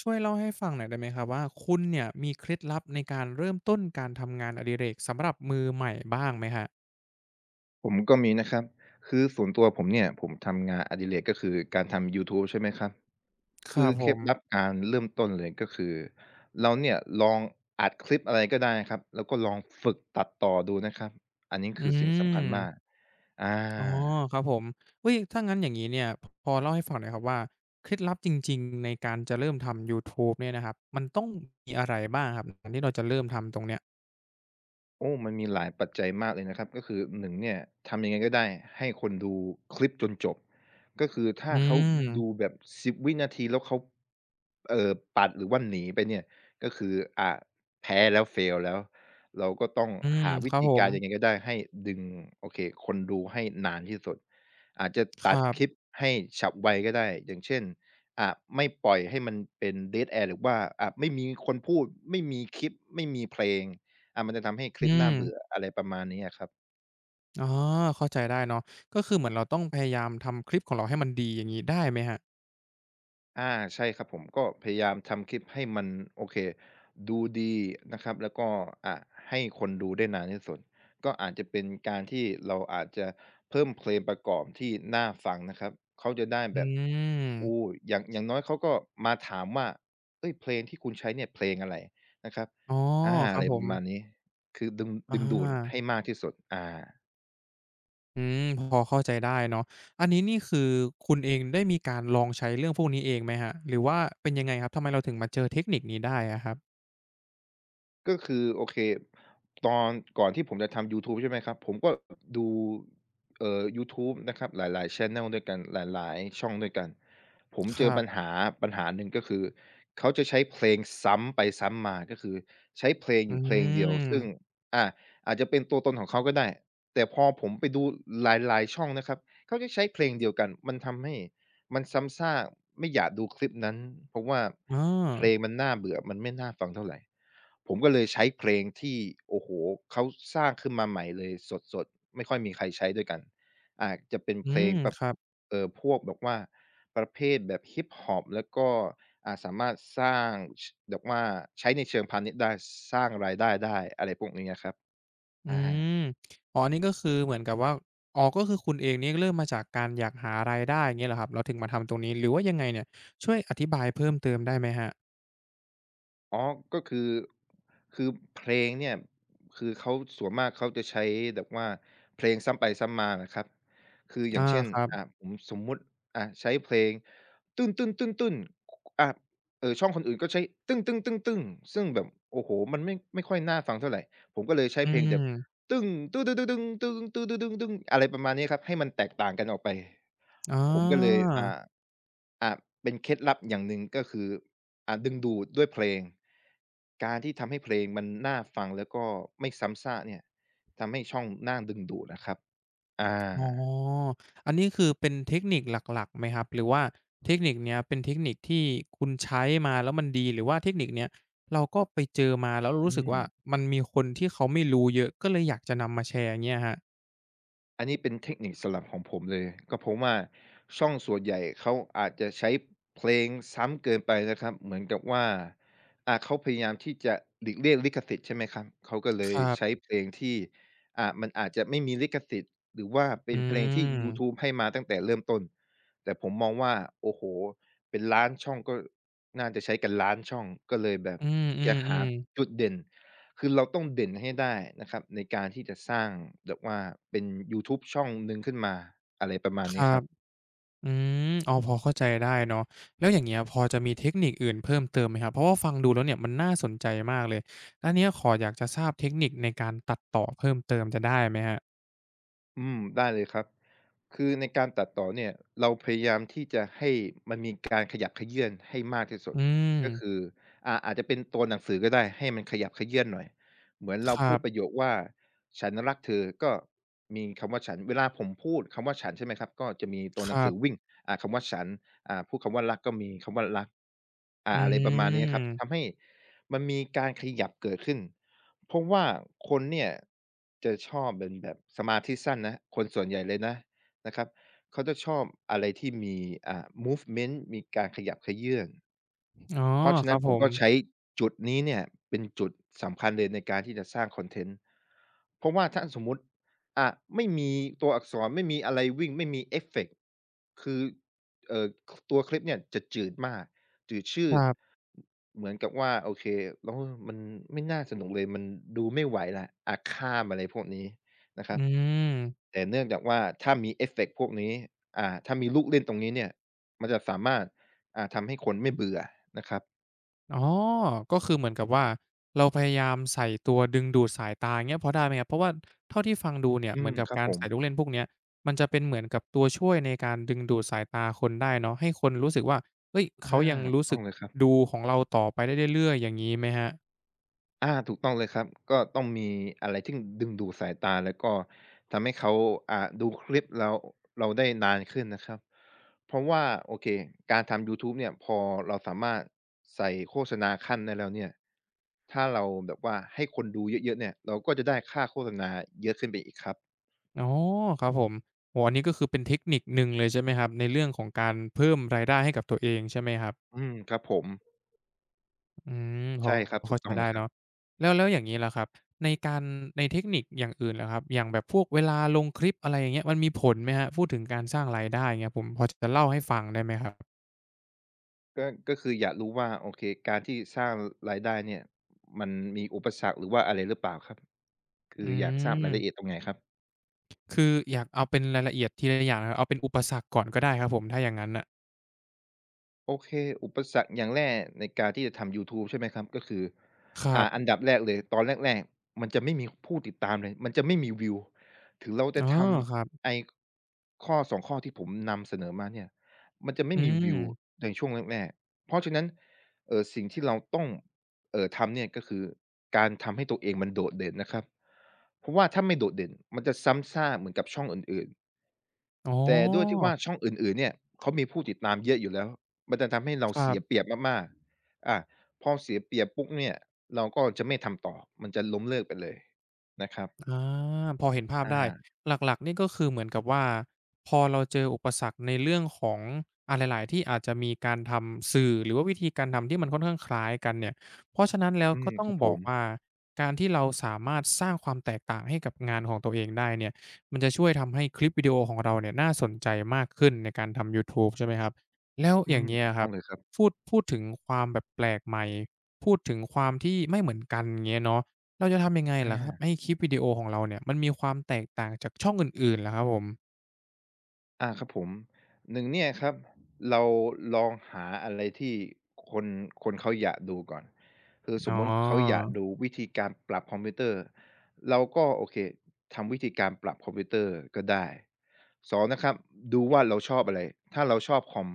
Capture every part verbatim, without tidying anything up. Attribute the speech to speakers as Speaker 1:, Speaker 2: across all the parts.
Speaker 1: ช่วยเล่าให้ฟังหน่อยได้ไหมครับว่าคุณเนี่ยมีเคล็ดลับในการเริ่มต้นการทำงานอดิเรกสำหรับมือใหม่บ้างไหมครับ
Speaker 2: ผมก็มีนะครับ คือส่วนตัวผมเนี่ยผมทำงานอดิเรกก็คือการทำยูทูบใช่ไหมครับ
Speaker 1: ค
Speaker 2: คื
Speaker 1: รั
Speaker 2: อ
Speaker 1: บผ
Speaker 2: เคล็ด
Speaker 1: ม
Speaker 2: ลับการเริ่มต้นเลยก็คือเราเนี่ยลองอัดคลิปอะไรก็ได้ครับ แล้วก็ลองฝึกตัดต่อดูนะครับ อันนี้
Speaker 1: อื
Speaker 2: คือ
Speaker 1: ม
Speaker 2: สิ่งสำคัญมากอา
Speaker 1: อ๋อครับผมอุ๊ยถ้างั้นอย่างงี้เนี่ยพพอเล่าให้ฟังหน่อยครับว่าเคล็ดลับจริงๆในการจะเริ่มทำยูทูบเนี่ยนะครับมันต้องมีอะไรบ้างครับก่อนที่เราจะเริ่มทำตรงเนี้ย
Speaker 2: โอ้มันมีหลายปัจจัยมากเลยนะครับก็คือหนึ่งเนี่ยทำยังไงก็ได้ให้คนดูคลิปจนจบก็คือถ้า
Speaker 1: อื
Speaker 2: เขา
Speaker 1: ม
Speaker 2: ดูแบบสิบวินาทีแล้วเขาเอ่อปัดหรือว่าหนีไปเนี่ยก็คืออ่าแพ้แล้ว fail แล้วเราก็ต้อง
Speaker 1: อืม
Speaker 2: หา
Speaker 1: ค
Speaker 2: วิ
Speaker 1: รับ
Speaker 2: ธี
Speaker 1: ผม
Speaker 2: การยังไงก็ได้ให้ดึงโอเคคนดูให้นานที่สุดอาจจะ
Speaker 1: ค
Speaker 2: ตัด
Speaker 1: รับ
Speaker 2: คลิปให้ฉับไวก็ได้อย่างเช่นอ่าไม่ปล่อยให้มันเป็น dead air หรือว่าอ่าไม่มีคนพูดไม่มีคลิปไม่มีเพลง อามันจะทำให้คลิป
Speaker 1: อืม
Speaker 2: น่าเบื่ออะไรประมาณนี้อะครับ
Speaker 1: อ๋อเข้าใจได้เนาะก็คือเหมือนเราต้องพยายามทำคลิปของเราให้มันดีอย่างงี้ได้ไหมครับ
Speaker 2: อาใช่ครับผมก็พยายามทำคลิปให้มันโอเคดูดีนะครับแล้วก็อ่าให้คนดูได้นานที่สุดก็อาจจะเป็นการที่เราอาจจะเพิ่มเพลงประกอบที่น่าฟังนะครับเขาจะได้
Speaker 1: อื
Speaker 2: แบบโอ้
Speaker 1: ม
Speaker 2: อย่างอย่างน้อยเขาก็มาถามว่าเฮ้ยเพลงที่คุณใช้เนี่ยเพลงอะไรนะครับ
Speaker 1: อ๋อ
Speaker 2: อา
Speaker 1: ค
Speaker 2: อะ
Speaker 1: รับ
Speaker 2: ไร
Speaker 1: ผ
Speaker 2: ป
Speaker 1: ม
Speaker 2: ระมาณนี้คือดึงดึ
Speaker 1: อา
Speaker 2: งดูดให้มากที่สุดอา
Speaker 1: อืมพอเข้าใจได้เนาะอันนี้นี่คือคุณเองได้มีการลองใช้เรื่องพวกนี้เองไหมครับหรือว่าเป็นยังไงครับทำไมเราถึงมาเจอเทคนิคนี้ได้อะครับ
Speaker 2: ก็คือโอเคตอนก่อนที่ผมจะทำยูทูบใช่ไหมครับผมก็ดูเอ่อยูทูบนะครับหลายๆแชนเนิลด้วยกันหลายๆช่องด้วยกันผม
Speaker 1: ค
Speaker 2: เจอ
Speaker 1: รั
Speaker 2: ปัญ
Speaker 1: บ
Speaker 2: หาปัญหาหนึ่งก็คือเขาจะใช้เพลงซ้ำไปซ้ำมาก็คือใช้เพลง
Speaker 1: อื
Speaker 2: อยู่เพลงเดียวซึ่ง
Speaker 1: ม
Speaker 2: อาอาจจะเป็นตัวตนของเขาก็ได้แต่พอผมไปดูหลายๆช่องนะครับเขาจะใช้เพลงเดียวกันมันทำให้มันซ้ำซากไม่อยากดูคลิปนั้นเพราะว่า
Speaker 1: อา
Speaker 2: เพลงมันน่าเบื่อมันไม่น่าฟังเท่าไร ผมก็เลยใช้เพลงที่โอ้โฮเขาสร้างขึ้นมาใหม่เลยสดๆไม่ค่อยมีใครใช้ด้วยกันอาจจะเป็น
Speaker 1: อื
Speaker 2: เพล
Speaker 1: ม
Speaker 2: งประ
Speaker 1: ครับ
Speaker 2: เอ่อพวกแบบว่าประเภทแบบฮิปฮอปแล้วก็อ่าสามารถสร้างชแบบว่าใช้ในเชิงพาณิชย์ได้สร้างรายได้ได้อะไรพวกนี้อะครับ
Speaker 1: อื
Speaker 2: อา
Speaker 1: มอ๋ออันนี้ก็คือเหมือนกับว่าอ๋อก็คือคุณเองนี่เริ่มมาจากการอยากหารายได้อย่างเงี้ยเหรอครับเราถึงมาทำตรงนี้หรือว่ายังไงเนี่ยช่วยอธิบายเพิ่มเติมได้ไหมครับ
Speaker 2: อ๋อก็คือคือเพลงเนี่ยคือเขาส่วนมากเขาจะใช้แบบว่าเพลงซ้ำไปซ้ำมานะครับคืออ
Speaker 1: อา
Speaker 2: ย่างเช่น
Speaker 1: ครับ
Speaker 2: อ่าผมสมมุติอ่าใช้เพลงตึ้นๆๆๆอ่าเอ่อช่องคนอื่นก็ใช้ซึ่งแบบโอ้โฮมันไม่ไม่ค่อยน่าฟังเท่าไรผมก็เลยใช้
Speaker 1: อื
Speaker 2: เพลงแบบ
Speaker 1: ม
Speaker 2: ตึ้งตื้อๆๆๆงตึ้งตึ้งตึ้งตึ้งตึ้งตึ้งอะไรประมาณนี้ครับให้มันแตกต่างกันออกไป
Speaker 1: อ๋อ
Speaker 2: ผมก็เลยอ่าอ่าเป็นเคล็ดลับอย่างหนึ่งก็คืออ่าดึงดูดด้วยเพลงการที่ทำให้เพลงมันน่าฟังแล้วก็ไม่ซ้ำซากเนี่ยทำให้ช่องน่าดึงดูดอะครับอา
Speaker 1: อ๋ออันนี้คือเป็นเทคนิคหลักๆไหมครับหรือว่าเทคนิคเนี้ยเป็นเทคนิคที่คุณใช้มาแล้วมันดีหรือว่าเทคนิคเนี้ยเราก็ไปเจอมาแล้วรู้
Speaker 2: อื
Speaker 1: สึก
Speaker 2: ม
Speaker 1: ว่ามันมีคนที่เขาไม่รู้เยอะก็เลยอยากจะนำมาแชร์อย่างเงี้ยครับ
Speaker 2: อันนี้เป็นเทคนิคสลับของผมเลยก็เพราะว่าช่องส่วนใหญ่เขาอาจจะใช้เพลงซ้ำเกินไปนะครับเหมือนกับว่าอ่าเขาพยายามที่จะหลีกเลี่ยงลิขสิทธิ์ใช่ไหมครับเขาก็เล
Speaker 1: ค
Speaker 2: ย
Speaker 1: รั
Speaker 2: ใช้
Speaker 1: บ
Speaker 2: เพลงที่อ่ามันอาจจะไม่มีลิขสิทธิ์หรือว่า
Speaker 1: อื
Speaker 2: เป็นเพลงที่
Speaker 1: ม
Speaker 2: ยูทูบให้มาตั้งแต่เริ่มต้นแต่ผมมองว่าโอ้โฮเป็นล้านช่องก็น่าจะใช้กันล้านช่องก็เลยแบบ
Speaker 1: อื
Speaker 2: จะหา
Speaker 1: มๆๆ
Speaker 2: จุดเด่น คือเราต้องเด่นให้ได้นะครับในการที่จะสร้างแบบว่าเป็นยูทูบช่องหนึ่งขึ้นมาอะไรประมาณ
Speaker 1: ค
Speaker 2: นี้ค
Speaker 1: รับ
Speaker 2: รับ
Speaker 1: อืมอ๋อพอเข้าใจได้เนาะแล้วอย่างเงี้ยพอจะมีเทคนิคอื่นเพิ่มเติมไหมครับเพราะว่าฟังดูแล้วเนี่ยมันน่าสนใจมากเลยแล้วเนี้ยขออยากจะทราบเทคนิคในการตัดต่อเพิ่มเติมจะได้ไหมครับ
Speaker 2: อืมได้เลยครับคือในการตัดต่อเนี่ยเราพยายามที่จะให้มันมีการขยับเขยื้อนให้มากที่สุด
Speaker 1: อืม
Speaker 2: ก็คืออ่าอาจจะเป็นตัวหนังสือก็ได้ให้มันขยับเขยื้อนหน่อยเหมือนเรา
Speaker 1: ครั
Speaker 2: พูดประ
Speaker 1: บ
Speaker 2: โยคว่าฉันรักเธอก็มีคำว่าฉันเวลาผมพูดคำว่าฉันใช่ไหมครับก็จะมีตัว
Speaker 1: ค
Speaker 2: หนัง
Speaker 1: รั
Speaker 2: สือ
Speaker 1: บ
Speaker 2: วิ่งอ่าคำว่าฉันอ่าพูดคำว่ารักก็มีคำว่ารักอ่า
Speaker 1: อื
Speaker 2: อะไรประมาณนี้ครับทำ
Speaker 1: ม
Speaker 2: ให้มันมีการขยับเกิดขึ้น เพราะว่าคนเนี่ยจะชอบเป็นแบบสมาธิสั้นนะคนส่วนใหญ่เลยนะนะครับเขาจะชอบอะไรที่มีอ่า movement มีการขยับเขยื้อน
Speaker 1: อ๋อ
Speaker 2: เพราะฉะ
Speaker 1: ค
Speaker 2: นั้
Speaker 1: รั
Speaker 2: น
Speaker 1: บ
Speaker 2: ผ
Speaker 1: ผ
Speaker 2: ม
Speaker 1: ม
Speaker 2: ก็ใช้จุดนี้เนี่ยเป็นจุดสำคัญเลยในการที่จะสร้างคอนเทนต์เพราะว่าถ้าสมมุติอ่าไม่มีตัวอักษรไม่มีอะไรวิ่งไม่มีเอฟเฟกต์คือเอ่อตัวคลิปเนี่ยจะจืดมากจืดชื
Speaker 1: ค
Speaker 2: ด
Speaker 1: รับ
Speaker 2: เหมือนกับว่าโอเคแล้วมันไม่น่าสนุกเลยมันดูไม่ไหวแล้วอาฆาตอะไรพวกนี้นะครั
Speaker 1: อื
Speaker 2: บ
Speaker 1: ม
Speaker 2: แต่เนื่องจากว่าถ้ามีเอฟเฟกต์พวกนี้อ่าถ้ามีลูกเล่นตรงนี้เนี่ยมันจะสามารถอ่าทำให้คนไม่เบื่อนะครับ
Speaker 1: อ๋อก็คือเหมือนกับว่าเราพยายามใส่ตัวดึงดูดสายตาอย่างเงี้ยพอได้ไหมครับ เพราะว่าเท่าที่ฟังดูเนี่ย
Speaker 2: อื
Speaker 1: เหมือ
Speaker 2: ม
Speaker 1: นกับ
Speaker 2: ครับ
Speaker 1: การ
Speaker 2: ผม
Speaker 1: ใส่ลูกเล่นพวกเนี้ยมันจะเป็นเหมือนกับตัวช่วยในการดึงดูดสายตาคนได้เนาะให้คนรู้สึกว่าเฮ้ย
Speaker 2: อา
Speaker 1: เขายัง
Speaker 2: ถู
Speaker 1: รู้
Speaker 2: กต้
Speaker 1: สึ
Speaker 2: อ
Speaker 1: ก
Speaker 2: งเลยครับ
Speaker 1: ดูของเราต่อไปได้เรื่อยๆอย่างงี้ไหมครับ
Speaker 2: อาถูกต้องเลยครับก็ต้องมีอะไรที่ดึงดูดสายตาแล้วก็ทำให้เขาอ่าดูคลิปเราเราได้นานขึ้นนะครับเพราะว่าโอเคการทำยูทูบเนี่ยพอเราสามารถใส่โฆษณาคั่นได้แล้วเนี่ยถ้าเราแบบว่าให้คนดูเยอะๆเนี่ยเราก็จะได้ค่าโฆษณาเยอะขึ้นไปอีกครับ
Speaker 1: อ๋อครับผมโอ้โฮอันนี้ก็คือเป็นเทคนิคหนึ่งเลยใช่ไหมครับในเรื่องของการเพิ่มรายได้ให้กับตัวเองใช่ไหมครับ
Speaker 2: อืมครับผม
Speaker 1: อืมพอ
Speaker 2: ใช่ครับถู
Speaker 1: เข้า
Speaker 2: ก
Speaker 1: ใจ
Speaker 2: ต้องเล
Speaker 1: ได้
Speaker 2: ยครั
Speaker 1: เนาะ
Speaker 2: บ
Speaker 1: แล้วแล้วอย่างงี้ล่ะครับในการในเทคนิคอย่างอื่นล่ะครับอย่างแบบพวกเวลาลงคลิปอะไรอย่างเงี้ยมันมีผลไหมครับพูดถึงการสร้างรายได้อเงี้ยผมพอจะเล่าให้ฟังได้ไหมครับ
Speaker 2: ก็ก็คืออยากรู้ว่าโอเคการที่สร้างรายได้เนี่ยมันมีอุปสรรคหรือว่าอะไรหรือเปล่าครับคื
Speaker 1: อื
Speaker 2: ออยากทราบรายละเอียด
Speaker 1: ม
Speaker 2: ตรงไหนครับ
Speaker 1: คืออยากเอาเป็นรายละเอียดทีละอย่างนะครับเอาเป็นอุปสรรคก่อนก็ได้ครับผมถ้าอย่างงั้นน่ะ
Speaker 2: โอเคอุปสรรคอย่างแรกในการที่จะทำยูทูบใช่ไหมครับก็คือ
Speaker 1: ครับ
Speaker 2: อ่าอันดับแรกเลยตอนแรกๆมันจะไม่มีผู้ติดตามเลยมันจะไม่มีวิวถึงเราจะ
Speaker 1: อ๋อ
Speaker 2: ท
Speaker 1: ครับ
Speaker 2: ำไอ้ข้อสองข้อที่ผมนำเสนอมาเนี่ยมันจะไม่
Speaker 1: อื
Speaker 2: มีวิว
Speaker 1: ม
Speaker 2: ในช่วงแรกๆเพราะฉะนั้นเอ่อสิ่งที่เราต้องเอ่อทำเนี่ยก็คือการทำให้ตัวเองมันโดดเด่นนะครับเพราะว่าถ้าไม่โดดเด่นมันจะซ้ำซากเหมือนกับช่องอื่นๆ
Speaker 1: อ๋อ
Speaker 2: แต่ด้วยที่ว่าช่องอื่นๆเนี่ยเขามีผู้ติดตามเยอะอยู่แล้วมันจะทำให้เรา
Speaker 1: ครั
Speaker 2: เสีย
Speaker 1: บ
Speaker 2: เปรียบมากๆอาพอเสียเปรียบปุ๊บเนี่ยเราก็จะไม่ทำต่อมันจะล้มเลิกไปเลยนะครับ
Speaker 1: อาพอเห็นภาพได้
Speaker 2: อา
Speaker 1: หลักๆนี่ก็คือเหมือนกับว่าพอเราเจออุปสรรคในเรื่องของอ่าหลายๆที่อาจจะมีการทำสื่อหรือว่าวิธีการทำที่มันค่อนข้างคล้ายกันเนี่ยเพราะฉะนั้นแล้ว
Speaker 2: อื
Speaker 1: ก็
Speaker 2: ม
Speaker 1: ต้อ
Speaker 2: ค
Speaker 1: ง
Speaker 2: รับผ
Speaker 1: บอก
Speaker 2: ม
Speaker 1: ว่าการที่เราสามารถสร้างความแตกต่างให้กับงานของตัวเองได้เนี่ยมันจะช่วยทำให้คลิปวิดีโอของเราเนี่ยน่าสนใจมากขึ้นในการทำยูทูบใช่ไหมครับแล้ว
Speaker 2: อื
Speaker 1: อย่า
Speaker 2: ม
Speaker 1: งเงี้ย
Speaker 2: ถูก
Speaker 1: ค
Speaker 2: ต้อ
Speaker 1: รั
Speaker 2: ง
Speaker 1: บ
Speaker 2: เลยครับ
Speaker 1: พูดพูดถึงความแบบแปลกใหม่พูดถึงความที่ไม่เหมือนกันเงี้ยเนาะ เราจะทำยังไงเหรอครับ
Speaker 2: อา
Speaker 1: ให้คลิปวิดีโอของเราเนี่ยมันมีความแตกต่างจากช่องอื่นๆล่ะครับผม
Speaker 2: อาครับผมหนึ่งเนี่ยครับเราลองหาอะไรที่คนคนเขาอยากดูก่อนคือส
Speaker 1: อ๋อ
Speaker 2: มมุติเขาอยากดูวิธีการปรับคอมพิวเตอร์เราก็โอเคทำวิธีการปรับคอมพิวเตอร์ก็ได้สองนะครับดูว่าเราชอบอะไรถ้าเราชอบคอม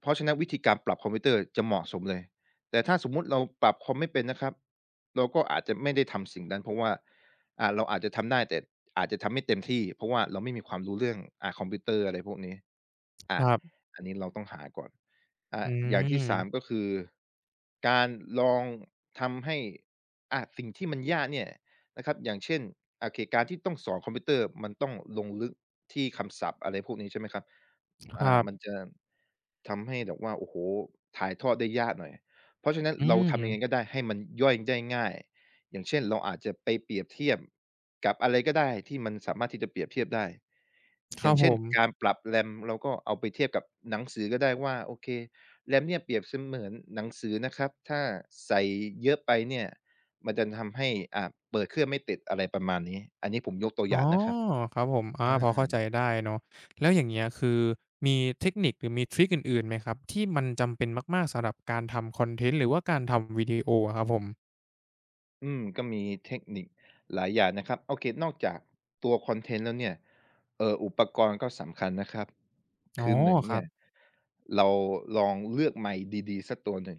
Speaker 2: เพราะฉะนั้นวิธีการปรับคอมพิวเตอร์จะเหมาะสมเลยแต่ถ้าสมมุติเราปรับคอมไม่เป็นนะครับเราก็อาจจะไม่ได้ทำสิ่งนั้นเพราะว่า อ่าเราอาจจะทำได้แต่อาจจะทำไม่เต็มที่เพราะว่าเราไม่มีความรู้เรื่องอ่าคอมพิวเตอร์อะไรพวกนี้
Speaker 1: ค
Speaker 2: อา
Speaker 1: รับ
Speaker 2: อันนี้เราต้องหาก่อน
Speaker 1: อื
Speaker 2: อ่าอย่างที่สาม
Speaker 1: ม
Speaker 2: ก็คือการลองทำให้อ่าสิ่งที่มันยากเนี่ยนะครับอย่างเช่นโอเคการที่ต้องสอนคอมพิวเตอร์มันต้องลงลึกที่คำศัพท์อะไรพวกนี้ใช่ไหมครับ
Speaker 1: ครั
Speaker 2: อ่ามัน
Speaker 1: บ
Speaker 2: จะทำให้แบบว่าโอ้โฮถ่ายทอดได้ยากหน่อยเพราะฉะนั้น
Speaker 1: อื
Speaker 2: เราทำยังไงก็
Speaker 1: ม
Speaker 2: ได้ให้มันย่อยได้ง่าย อย่างเช่นเราอาจจะไปเปรียบเทียบกับอะไรก็ได้ที่มันสามารถที่จะเปรียบเทียบได้
Speaker 1: ค
Speaker 2: อ
Speaker 1: รั
Speaker 2: ย่า
Speaker 1: บ
Speaker 2: ง
Speaker 1: ผ
Speaker 2: เช่น
Speaker 1: ม
Speaker 2: การปรับแรมเราก็เอาไปเทียบกับหนังสือก็ได้ว่าโอเคแรมเนี่ยเปรียบเสมือนหนังสือนะครับถ้าใส่เยอะไปเนี่ยมันจะทำให้อ่าเปิดเครื่องไม่ติดอะไรประมาณนี้อันนี้ผมยกตัวอ
Speaker 1: อ๋
Speaker 2: ย่า
Speaker 1: อ
Speaker 2: งนะครับ
Speaker 1: ครับผมอา
Speaker 2: อ
Speaker 1: พอเข้าใจ
Speaker 2: า
Speaker 1: ได้เนาะแล้วอย่างเงี้ยคือมีเทคนิคหรือมีทริกอื่นๆไหมครับที่มันจำเป็นมากๆสำหรับการทำคอนเทนต์หรือว่าการทำวิดีโออะครับผม
Speaker 2: อืมก็มีเทคนิคหลายอย่างนะครับโอเคนอกจากตัวคอนเทนต์แล้วเนี่ยเอ่ออุปกรณ์ก็สำคัญนะครับ
Speaker 1: อ๋อ
Speaker 2: คือหนึ่ง
Speaker 1: ครั
Speaker 2: เนี่
Speaker 1: บ
Speaker 2: ยเราลองเลือกไมค์ดีๆสักตัวหนึ่ง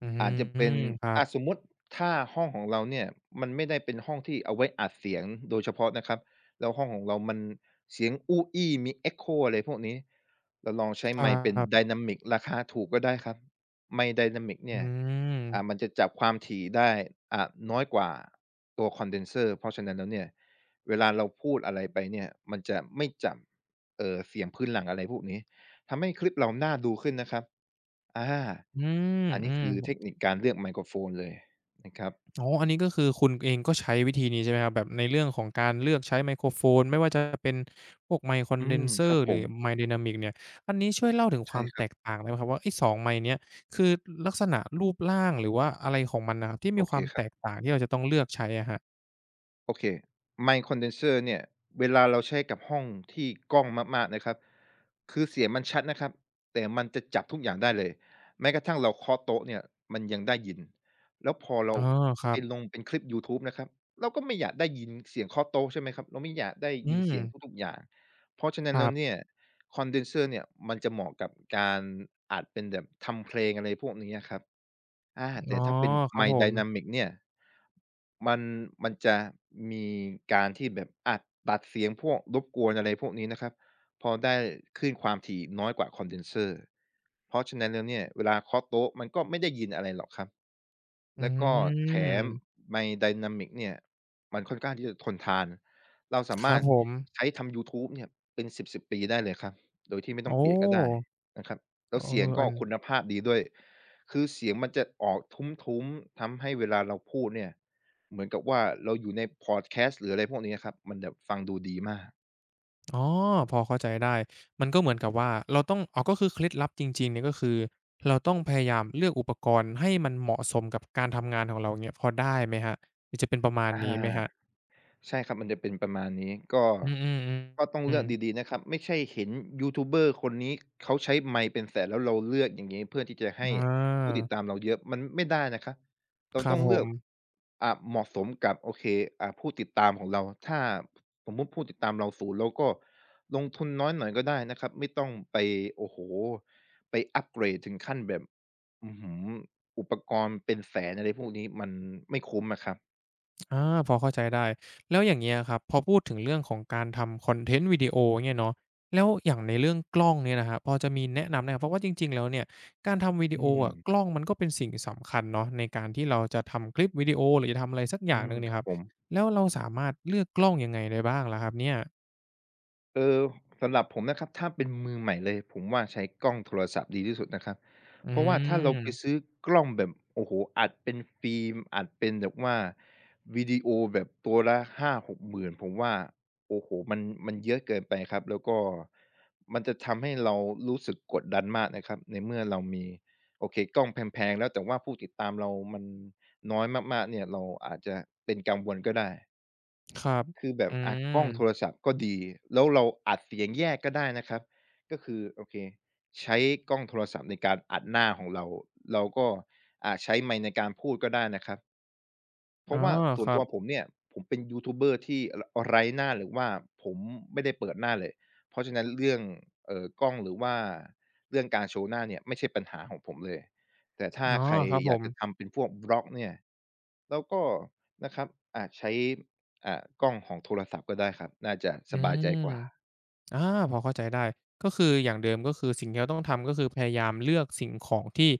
Speaker 1: อื
Speaker 2: อาจจะเป็
Speaker 1: ม
Speaker 2: น
Speaker 1: ครั
Speaker 2: อา
Speaker 1: บ
Speaker 2: สมมุติถ้าห้องของเราเนี่ยมันไม่ได้เป็นห้องที่เอาไว้อัดเสียงโดยเฉพาะนะครับแล้วห้องของเรามันเสียงอู้อี้มี Echo อะไรพวกนี้เราลองใช้
Speaker 1: คร
Speaker 2: ไมค์เป็น
Speaker 1: ั
Speaker 2: ได
Speaker 1: บ
Speaker 2: นามิกราคาถูกก็ได้ครับไมค์ไดนามิก
Speaker 1: อื
Speaker 2: เนี่ย
Speaker 1: ม
Speaker 2: อ่ามันจะจับความถี่ได้อ่าน้อยกว่าตัว condenser เดนเซอร์เพราะฉะนั้นแล้วเนี่ยเวลาเราพูดอะไรไปเนี่ยมันจะไม่จับเอ่อเสียงพื้นหลังอะไรพวกนี้ทำให้คลิปเราน่าดูขึ้นนะครับอา
Speaker 1: อื
Speaker 2: อันนี้
Speaker 1: ม
Speaker 2: คือเทค
Speaker 1: ๆ
Speaker 2: นิคการเลือกไมโครโฟนเลยนะครับ
Speaker 1: อ๋ออันนี้ก็คือคุณเองก็ใช้วิธีนี้ใช่ไหมครับแบบในเรื่องของการเลือกใช้ไมโครโฟนไม่ว่าจะเป็นพวกไมค์คอน
Speaker 2: อื
Speaker 1: เด
Speaker 2: ม
Speaker 1: นเซ
Speaker 2: ค
Speaker 1: อ
Speaker 2: รับ
Speaker 1: ร์
Speaker 2: ผ
Speaker 1: หรือ
Speaker 2: ม
Speaker 1: ไมค์ไดนามิกเนี่ยอันนี้ช่วยเล่าถึงค
Speaker 2: ใช่
Speaker 1: วาม
Speaker 2: ค
Speaker 1: แต
Speaker 2: รับ
Speaker 1: กต่างได้ไหมครับว่าไอ้สองไมค์เนี้ยคือลักษณะรูปร่างหรือว่าอะไรของมันน่ะครับที่มี
Speaker 2: โอ
Speaker 1: ค
Speaker 2: เค
Speaker 1: วาม
Speaker 2: ครั
Speaker 1: แต
Speaker 2: บ
Speaker 1: กต่างที่เราจะต้องเลือกใช้อะครับ
Speaker 2: โอเคไมค์คอนเดนเซอร์เนี่ยเวลาเราใช้กับห้องที่กล้องมากๆนะครับคือเสียงมันชัดนะครับแต่มันจะจับทุกอย่างได้เลยแม้กระทั่งเราเคาะโต๊ะเนี่ยมันยังได้ยินแล้วพอเรา
Speaker 1: อ๋อครั
Speaker 2: ไปล
Speaker 1: บ
Speaker 2: งเป็นคลิปยูทูบนะครับเราก็ไม่อยากได้ยินเสียงเคาะโต๊ะใช่ไหมครับเราไม่อยากได้
Speaker 1: อื
Speaker 2: ยิน
Speaker 1: ม
Speaker 2: เสียงทุกๆอย่างเพราะฉะนั้
Speaker 1: ค
Speaker 2: น
Speaker 1: รั
Speaker 2: แล้วเนี่
Speaker 1: บ
Speaker 2: ยคอนเดนเซอร์เนี่ยมันจะเหมาะกับการอัดเป็นแบบทำเพลงอะไรพวกนี้อะครับ อา
Speaker 1: อ๋
Speaker 2: แต่
Speaker 1: อ
Speaker 2: ถ้าเป็น
Speaker 1: ครับ
Speaker 2: My
Speaker 1: ผม
Speaker 2: Dynamic เนี่ยมันมันจะมีการที่แบบอาตัดเสียงพวกรบกวนอะไรพวกนี้นะครับพอได้คลื่นความถี่น้อยกว่า Condenser เพราะฉะนั้นแล้วเนี่ยเวลาเคาะโต๊ะมันก็ไม่ได้ยินอะไรหรอกครับ
Speaker 1: อื
Speaker 2: แล้วก็แถม
Speaker 1: ม
Speaker 2: My Dynamic เนี่ยมันค่อนข้างที่จะทนทานเราสา
Speaker 1: ค
Speaker 2: มา
Speaker 1: รั
Speaker 2: ร
Speaker 1: บ
Speaker 2: ถ
Speaker 1: ผม
Speaker 2: ใช้ทำยูทูบเนี่ยเป็น1 0ิบปีได้เลยครับโดยที่ไม่ต้
Speaker 1: โอ้
Speaker 2: องเปลี่ยนก็ได้นะครับ
Speaker 1: เอ
Speaker 2: แล้วเสียง
Speaker 1: ออั
Speaker 2: ก็
Speaker 1: น
Speaker 2: คุณภาพดีด้วย คือเสียงมันจะออกทุ้มๆทำให้เวลาเราพูดเนี่ยเหมือนกับว่าเราอยู่ในพอดแคสต์หรืออะไรพวกนี้ครับมันแบบฟังดูดีมาก
Speaker 1: อ๋อพอเข้าใจได้ มันก็เหมือนกับว่าเราต้องอ๋อก็คือเคล็ดลับจริงๆเนี่ยก็คือเราต้องพยายามเลือกอุปกรณ์ให้มันเหมาะสมกับการทำงานของเราอย่างเงี้ยพอได้ไหมครับหรือจะเป็นประมาณ
Speaker 2: อา
Speaker 1: นี้ไหมครับ
Speaker 2: ใช่ครับมันจะเป็นประมาณนี้ก็
Speaker 1: อืมๆ
Speaker 2: ก็ต้อง
Speaker 1: ๆอื
Speaker 2: เลือ
Speaker 1: ม
Speaker 2: กดีๆนะครับไม่ใช่เห็นยูทูบเบอร์คนนี้เขาใช้ไมค์เป็นแสนแล้วเราเลือกอย่างงี้เพื่อที่จะให้
Speaker 1: อ
Speaker 2: ผู้ติ
Speaker 1: า
Speaker 2: ดตามเราเยอะมันไม่ได้นะครับเรา
Speaker 1: ครับ
Speaker 2: ต้อง
Speaker 1: ผ
Speaker 2: เลือ
Speaker 1: ม
Speaker 2: กอ่าเหมาะสมกับโอเคอ่าผู้ติดตามของเราถ้าสมมุติผู้ติดตามเราศูนย์เราก็ลงทุนน้อยหน่อยก็ได้นะครับไม่ต้องไปโอ้โฮไปอัปเกรดถึงขั้นแบบอื้อฮืออุปกรณ์เป็นแสนอะไรพวกนี้มันไม่คุ้มอะครับ
Speaker 1: อาพอเข้าใจได้แล้วอย่างเงี้ยครับพอพูดถึงเรื่องของการทำคอนเทนต์วิดีโอเนี่ยเนาะแล้วอย่างในเรื่องกล้องเนี่ยนะครับพอจะมีแนะนำไหมครับเพราะว่าจริงๆแล้วเนี่ยการทำวิดี
Speaker 2: อื
Speaker 1: โอ
Speaker 2: ม
Speaker 1: อะกล้องมันก็เป็นสิ่งสำคัญเนาะในการที่เราจะทำคลิปวิดีโอหรือจะทำอะไรสักอ
Speaker 2: อื
Speaker 1: ย่างห
Speaker 2: ม
Speaker 1: นึ่งเนี่
Speaker 2: ค
Speaker 1: ย
Speaker 2: รั
Speaker 1: ค
Speaker 2: บ
Speaker 1: รับ
Speaker 2: ผม
Speaker 1: แล้วเราสามารถเลือกกล้องยังไงได้บ้างล่ะครับเนี่ย
Speaker 2: เออสำหรับผมนะครับถ้าเป็นมือใหม่เลยผมว่าใช้กล้องโทรศัพท์ดีที่สุดนะครับ
Speaker 1: อื
Speaker 2: เพราะว่าถ้าเราไปซื้
Speaker 1: ม
Speaker 2: อกล้องแบบโอ้โหอัดเป็นฟิล์มอัดเป็นแบบว่าวิดีโอแบบตัวละห้าหกหมื่นผมว่าโอ้โหมันมันเยอะเกินไปครับแล้วก็มันจะทำให้เรารู้สึกกดดันมากนะครับในเมื่อเรามีโอเคกล้องแพงๆแล้วแต่ว่าผู้ติดตามเรามันน้อยมากๆเนี่ยเราอาจจะเป็นกังวลก็ได้
Speaker 1: ครับ
Speaker 2: คือแบบ
Speaker 1: อื
Speaker 2: อะกล้องโท
Speaker 1: ม
Speaker 2: รศัพท์ก็ดีแล้วเราอัดเสียงแยกก็ได้นะครับก็คือโอเคใช้กล้องโทรศัพท์ในการอัดหน้าของเราเราก็อ่าใช้ไมค์ในการพูดก็ได้นะครับเพ
Speaker 1: อ๋อ
Speaker 2: ราะว่าส่
Speaker 1: ค
Speaker 2: วน
Speaker 1: รั
Speaker 2: ตัวผม
Speaker 1: บ
Speaker 2: เนี่ยผมเป็นยูทูบเบอร์ที่รไร้หน้าหรือว่าผมไม่ได้เปิดหน้าเลยเพราะฉะนั้นเรื่องเอ่อกล้องหรือว่าเรื่องการโชว์หน้าเนี่ยไม่ใช่ปัญหาของผมเลยแต่ถ้า
Speaker 1: อ๋อ
Speaker 2: ใคร
Speaker 1: ครับผ
Speaker 2: อยาก
Speaker 1: ม
Speaker 2: จะทำเป็นพวกบล็อกเนี่ย แล้วก็นะครับอาจใช้อ่ากล้องของโทรศัพท์ก็ได้ครับน่าจะส
Speaker 1: อื
Speaker 2: บายใจ
Speaker 1: ม
Speaker 2: กว่า
Speaker 1: อาพอเข้าใจได้ก็คืออย่างเดิมก็คือสิ่งที่เราต้องทำก็คือพยายามเลือกสิ่งของที่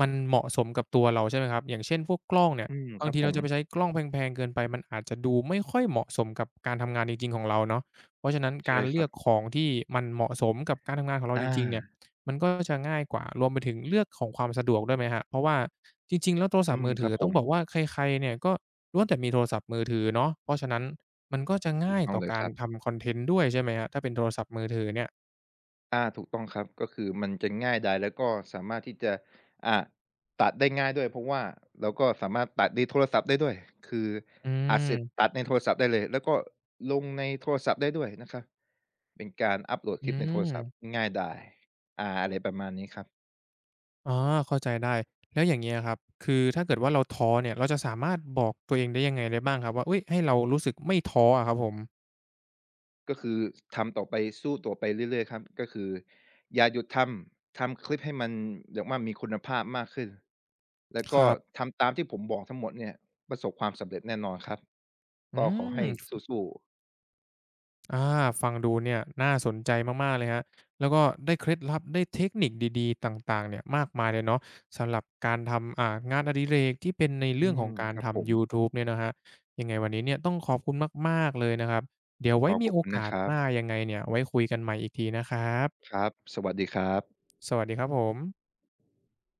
Speaker 1: มันเหมาะสมกับตัวเราใช่ไหมครับอย่างเช่นพวกกล้องเนี่ย
Speaker 2: อืมค
Speaker 1: บาง
Speaker 2: รับ
Speaker 1: ที
Speaker 2: ผ
Speaker 1: เรา
Speaker 2: ม
Speaker 1: จะไปใช้กล้องแพงๆเกินไปมันอาจจะดูไม่ค่อยเหมาะสมกับการทำงานจริงๆของเราเนาะเพราะฉะนั้นกา
Speaker 2: ใช่
Speaker 1: ร
Speaker 2: ค
Speaker 1: เลื
Speaker 2: รับ
Speaker 1: อกของที่มันเหมาะสมกับการทำงานของเราจ
Speaker 2: อา
Speaker 1: ริงๆเนี่ยมันก็จะง่ายกว่ารวมไปถึงเลือกของความสะดวกด้วยไหมครับเพราะว่าจริงๆแล้วโทรศั
Speaker 2: อื
Speaker 1: พท์
Speaker 2: ม
Speaker 1: มือ
Speaker 2: ค
Speaker 1: ถื
Speaker 2: รั
Speaker 1: อ
Speaker 2: บผ
Speaker 1: ต้อง
Speaker 2: ม
Speaker 1: บอกว่าใครๆเนี่ยก็ล้วนแต่มีโทรศัพท์มือถือเนาะเพราะฉะนั้น มันก็จะ
Speaker 2: ถู
Speaker 1: ง่า
Speaker 2: ก
Speaker 1: ย
Speaker 2: ต้อง
Speaker 1: ต่อ
Speaker 2: เลย
Speaker 1: กา
Speaker 2: ค
Speaker 1: ร
Speaker 2: รับ
Speaker 1: ทำคอนเทนต์ด้วยใช่ไหมครับถ้าเป็นโทรศัพท์มือถือเนี่ย
Speaker 2: อาถูกต้องครับก็คือมันจะง่ายดายแล้วก็สามารถที่จะอ่าตัดได้ง่ายด้วยเพราะว่าเราก็สามารถตัดในโทรศัพท์ได้ด้วยคือ
Speaker 1: อื
Speaker 2: อัดเสร็จตัด
Speaker 1: ม
Speaker 2: ในโทรศัพท์ได้เลยแล้วก็ลงในโทรศัพท์ได้ด้วยนะครับเป็นการอัปโหลดค
Speaker 1: อื
Speaker 2: ลิปในโทรศัพท์
Speaker 1: ม
Speaker 2: ง่ายดายอาอะไรประมาณนี้ครับ
Speaker 1: อ๋อ เข้าใจได้ แล้วอย่างเงี้ยครับ คือถ้าเกิดว่าเราท้อเนี่ย เราจะสามารถบอกตัวเองได้ยังไงได้บ้างครับว่าอุ๊ยให้เรารู้สึกไม่ท้ออะครับผม
Speaker 2: ก็คือทำต่อไปสู้ต่อไปเรื่อยๆครับก็คืออย่าหยุดทำทำคลิปให้มันแบบว่ามีคุณภาพมากขึ้นแล้ว
Speaker 1: ค
Speaker 2: ก็
Speaker 1: รับ
Speaker 2: ทำตามที่ผมบอกทั้งหมดเนี่ยประสบความสำเร็จแน่นอนครับ
Speaker 1: อื
Speaker 2: ก็ขอให้
Speaker 1: ม
Speaker 2: สู้ๆ
Speaker 1: อาฟังดูเนี่ยน่าสนใจมากๆเลยครับแล้วก็ได้เคล็ดลับได้เทคนิคดีๆต่างๆเนี่ยมากมายเลยเนาะสำหรับการทำอ่างานอดิเรกที่เป็นใน
Speaker 2: อื
Speaker 1: เรื่องของ
Speaker 2: ม
Speaker 1: การ
Speaker 2: ครับผ
Speaker 1: ทำ
Speaker 2: ม
Speaker 1: ยูทูบเนี่ยนะครับยังไงวันนี้เนี่ยต้องขอบคุณมากๆเลยนะครับเดี๋ยว
Speaker 2: ข
Speaker 1: ไว้
Speaker 2: อ
Speaker 1: มี
Speaker 2: ขอบ
Speaker 1: โอ
Speaker 2: คุณนะ
Speaker 1: กาส
Speaker 2: ครั
Speaker 1: ห
Speaker 2: บ
Speaker 1: น้ายังไงเนี่ยไว้คุยกันใหม่อีกทีนะครั
Speaker 2: ค
Speaker 1: บ
Speaker 2: รับสวัสดีครับ
Speaker 1: สวัสดีครับผม